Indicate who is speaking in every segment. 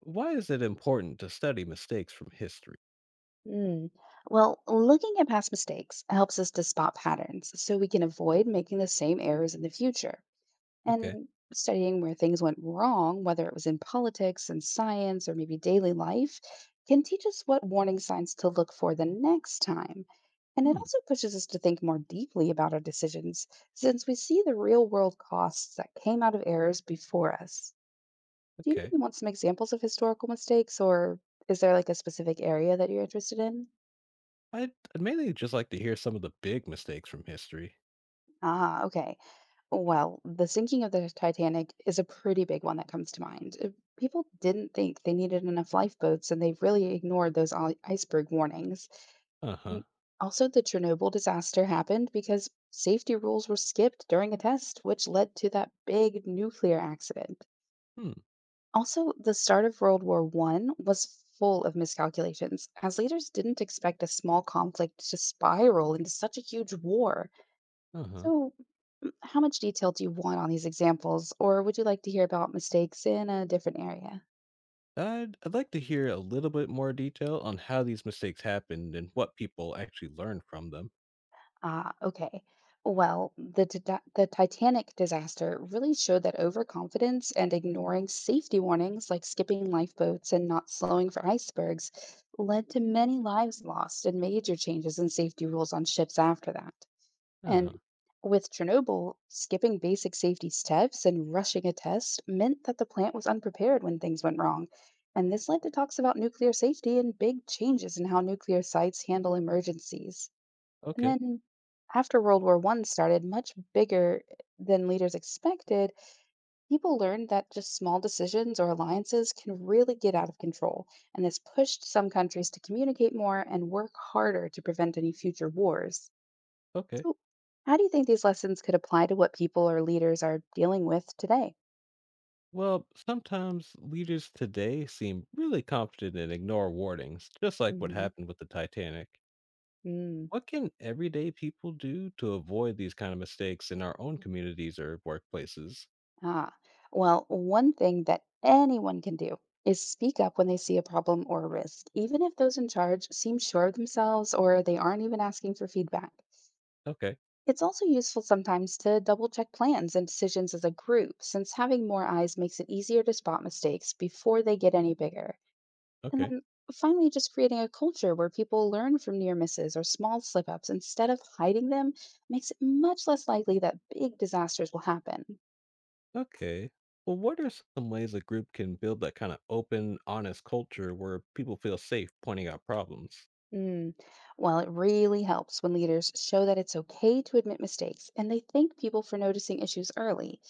Speaker 1: Why is it important to study mistakes from history?
Speaker 2: Mm. Well, looking at past mistakes helps us to spot patterns so we can avoid making the same errors in the future.
Speaker 1: Okay.
Speaker 2: And studying where things went wrong, whether it was in politics and science or maybe daily life, can teach us what warning signs to look for the next time. And it
Speaker 1: Hmm.
Speaker 2: also pushes us to think more deeply about our decisions since we see the real world costs that came out of errors before us. Do you
Speaker 1: Okay.
Speaker 2: maybe want some examples of historical mistakes, or is there like a specific area that you're interested in?
Speaker 1: I'd mainly just like to hear some of the big mistakes from history.
Speaker 2: Ah, okay. Well, the sinking of the Titanic is a pretty big one that comes to mind. People didn't think they needed enough lifeboats, and they really ignored those iceberg warnings.
Speaker 1: Uh huh.
Speaker 2: And also, the Chernobyl disaster happened because safety rules were skipped during a test, which led to that big nuclear accident.
Speaker 1: Hmm.
Speaker 2: Also, the start of World War One was full of miscalculations, as leaders didn't expect a small conflict to spiral into such a huge war.
Speaker 1: Uh huh.
Speaker 2: So, how much detail do you want on these examples, or would you like to hear about mistakes in a different area?
Speaker 1: I'd like to hear a little bit more detail on how these mistakes happened and what people actually learned from them.
Speaker 2: Ah, okay. Well, the Titanic disaster really showed that overconfidence and ignoring safety warnings, like skipping lifeboats and not slowing for icebergs, led to many lives lost and major changes in safety rules on ships after that.
Speaker 1: Uh huh.
Speaker 2: And with Chernobyl, skipping basic safety steps and rushing a test meant that the plant was unprepared when things went wrong. And this led to talks about nuclear safety and big changes in how nuclear sites handle emergencies. And
Speaker 1: Okay.
Speaker 2: then after World War One started, much bigger than leaders expected, people learned that just small decisions or alliances can really get out of control. And this pushed some countries to communicate more and work harder to prevent any future wars.
Speaker 1: Okay.
Speaker 2: So, how do you think these lessons could apply to what people or leaders are dealing with today?
Speaker 1: Well, sometimes leaders today seem really confident and ignore warnings, just like what
Speaker 2: Hmm.
Speaker 1: happened with the Titanic.
Speaker 2: Mm.
Speaker 1: What can everyday people do to avoid these kind of mistakes in our own communities or workplaces?
Speaker 2: Ah, well, one thing that anyone can do is speak up when they see a problem or a risk, even if those in charge seem sure of themselves or they aren't even asking for feedback.
Speaker 1: Okay,
Speaker 2: It's also useful sometimes to double check plans and decisions as a group, since having more eyes makes it easier to spot mistakes before they get any bigger. And
Speaker 1: okay,
Speaker 2: then finally, just creating a culture where people learn from near misses or small slip ups instead of hiding them makes it much less likely that big disasters will happen.
Speaker 1: okay. Well, what are some ways a group can build that kind of open, honest culture where people feel safe pointing out problems?
Speaker 2: Mm. Well, it really helps when leaders show that it's okay to admit mistakes and they thank people for noticing issues early.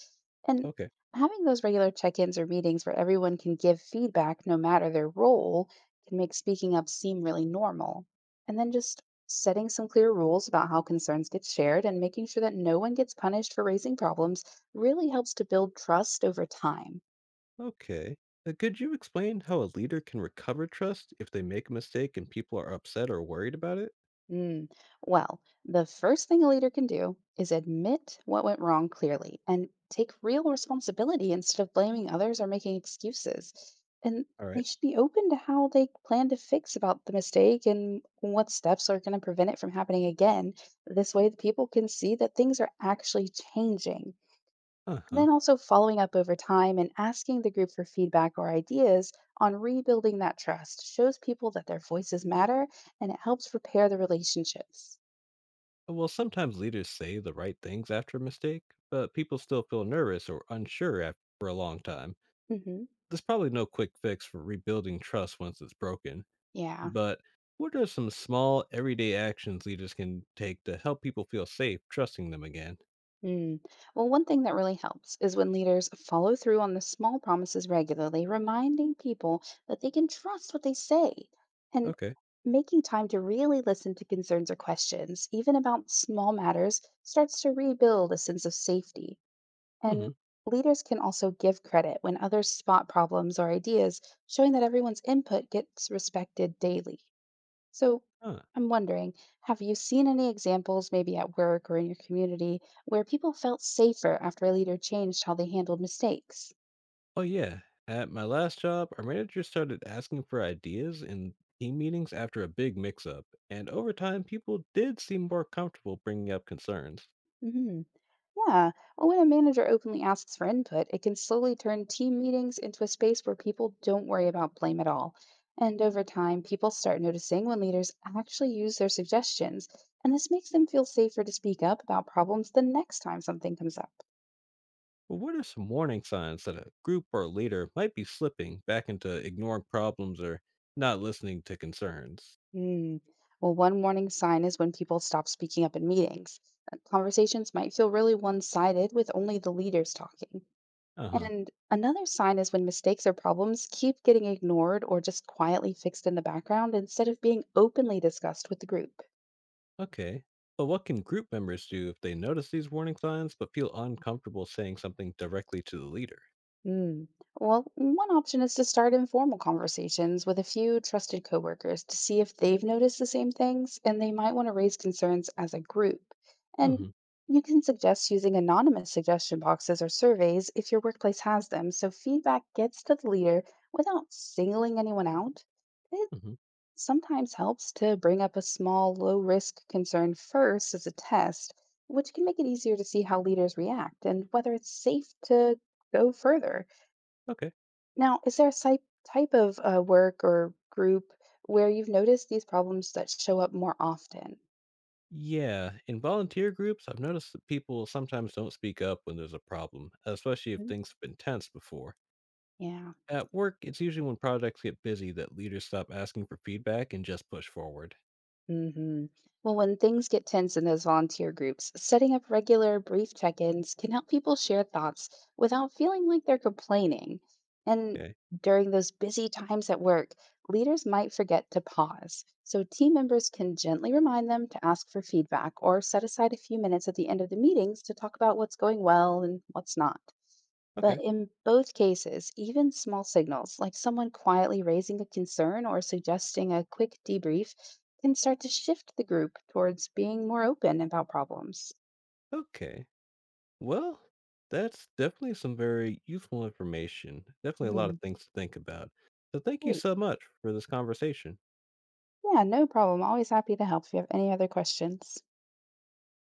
Speaker 2: And
Speaker 1: Okay,
Speaker 2: having those regular check ins or meetings where everyone can give feedback, no matter their role, can make speaking up seem really normal. And then just setting some clear rules about how concerns get shared and making sure that no one gets punished for raising problems really helps to build trust over time.
Speaker 1: okay. Could you explain how a leader can recover trust if they make a mistake and people are upset or worried about it?
Speaker 2: Mm. Well, the first thing a leader can do is admit what went wrong clearly and take real responsibility instead of blaming others or making excuses. And
Speaker 1: All right.
Speaker 2: they should be open to how they plan to fix about the mistake and what steps are going to prevent it from happening again. This way, the people can see that things are actually changing.
Speaker 1: Uh
Speaker 2: And
Speaker 1: huh.
Speaker 2: then also following up over time and asking the group for feedback or ideas on rebuilding that trust shows people that their voices matter and it helps repair the relationships.
Speaker 1: Well, sometimes leaders say the right things after a mistake, but people still feel nervous or unsure after a long time.
Speaker 2: Hmm.
Speaker 1: There's probably no quick fix for rebuilding trust once it's broken,
Speaker 2: Yeah.
Speaker 1: but what are some small everyday actions leaders can take to help people feel safe trusting them again?
Speaker 2: Mm. Well, one thing that really helps is when leaders follow through on the small promises regularly, reminding people that they can trust what they say and
Speaker 1: Okay.
Speaker 2: making time to really listen to concerns or questions, even about small matters, starts to rebuild a sense of safety. And
Speaker 1: Mm-hmm.
Speaker 2: leaders can also give credit when others spot problems or ideas, showing that everyone's input gets respected daily. So
Speaker 1: Huh.
Speaker 2: I'm wondering, have you seen any examples, maybe at work or in your community, where people felt safer after a leader changed how they handled mistakes?
Speaker 1: Oh yeah. At my last job, our manager started asking for ideas in team meetings after a big mix-up, and over time, people did seem more comfortable bringing up concerns.
Speaker 2: Mhm. Yeah, well, when a manager openly asks for input, it can slowly turn team meetings into a space where people don't worry about blame at all. And over time, people start noticing when leaders actually use their suggestions, and this makes them feel safer to speak up about problems the next time something comes up.
Speaker 1: But what are some warning signs that a group or leader might be slipping back into ignoring problems or not listening to concerns?
Speaker 2: Hmm. Well, one warning sign is when people stop speaking up in meetings. Conversations might feel really one sided with only the leaders talking.
Speaker 1: Uh huh.
Speaker 2: And another sign is when mistakes or problems keep getting ignored or just quietly fixed in the background instead of being openly discussed with the group.
Speaker 1: Okay. But what can group members do if they notice these warning signs but feel uncomfortable saying something directly to the leader?
Speaker 2: Mm, well, one option is to start informal conversations with a few trusted coworkers to see if they've noticed the same things and they might want to raise concerns as a group. And
Speaker 1: Hmm.
Speaker 2: you can suggest using anonymous suggestion boxes or surveys if your workplace has them so feedback gets to the leader without singling anyone out.
Speaker 1: Hmm.
Speaker 2: Sometimes helps to bring up a small, low risk concern first as a test, which can make it easier to see how leaders react and whether it's safe to go further.
Speaker 1: Okay.
Speaker 2: Now, is there a type of work or group where you've noticed these problems that show up more often?
Speaker 1: Yeah, in volunteer groups, I've noticed that people sometimes don't speak up when there's a problem, especially if
Speaker 2: Mhm.
Speaker 1: things have been tense before.
Speaker 2: Yeah.
Speaker 1: At work, it's usually when projects get busy that leaders stop asking for feedback and just push forward.
Speaker 2: Hmm. Well, when things get tense in those volunteer groups, setting up regular brief check ins can help people share thoughts without feeling like they're complaining. And
Speaker 1: Okay.
Speaker 2: during those busy times at work, leaders might forget to pause. So, team members can gently remind them to ask for feedback or set aside a few minutes at the end of the meetings to talk about what's going well and what's not. But
Speaker 1: Okay.
Speaker 2: in both cases, even small signals, like someone quietly raising a concern or suggesting a quick debrief, can start to shift the group towards being more open about problems.
Speaker 1: Okay. Well, that's definitely some very useful information. Definitely a lot
Speaker 2: Hmm.
Speaker 1: of things to think about. So thank you
Speaker 2: Great.
Speaker 1: so much for this conversation.
Speaker 2: Yeah, no problem. Always happy to help if you have any other questions.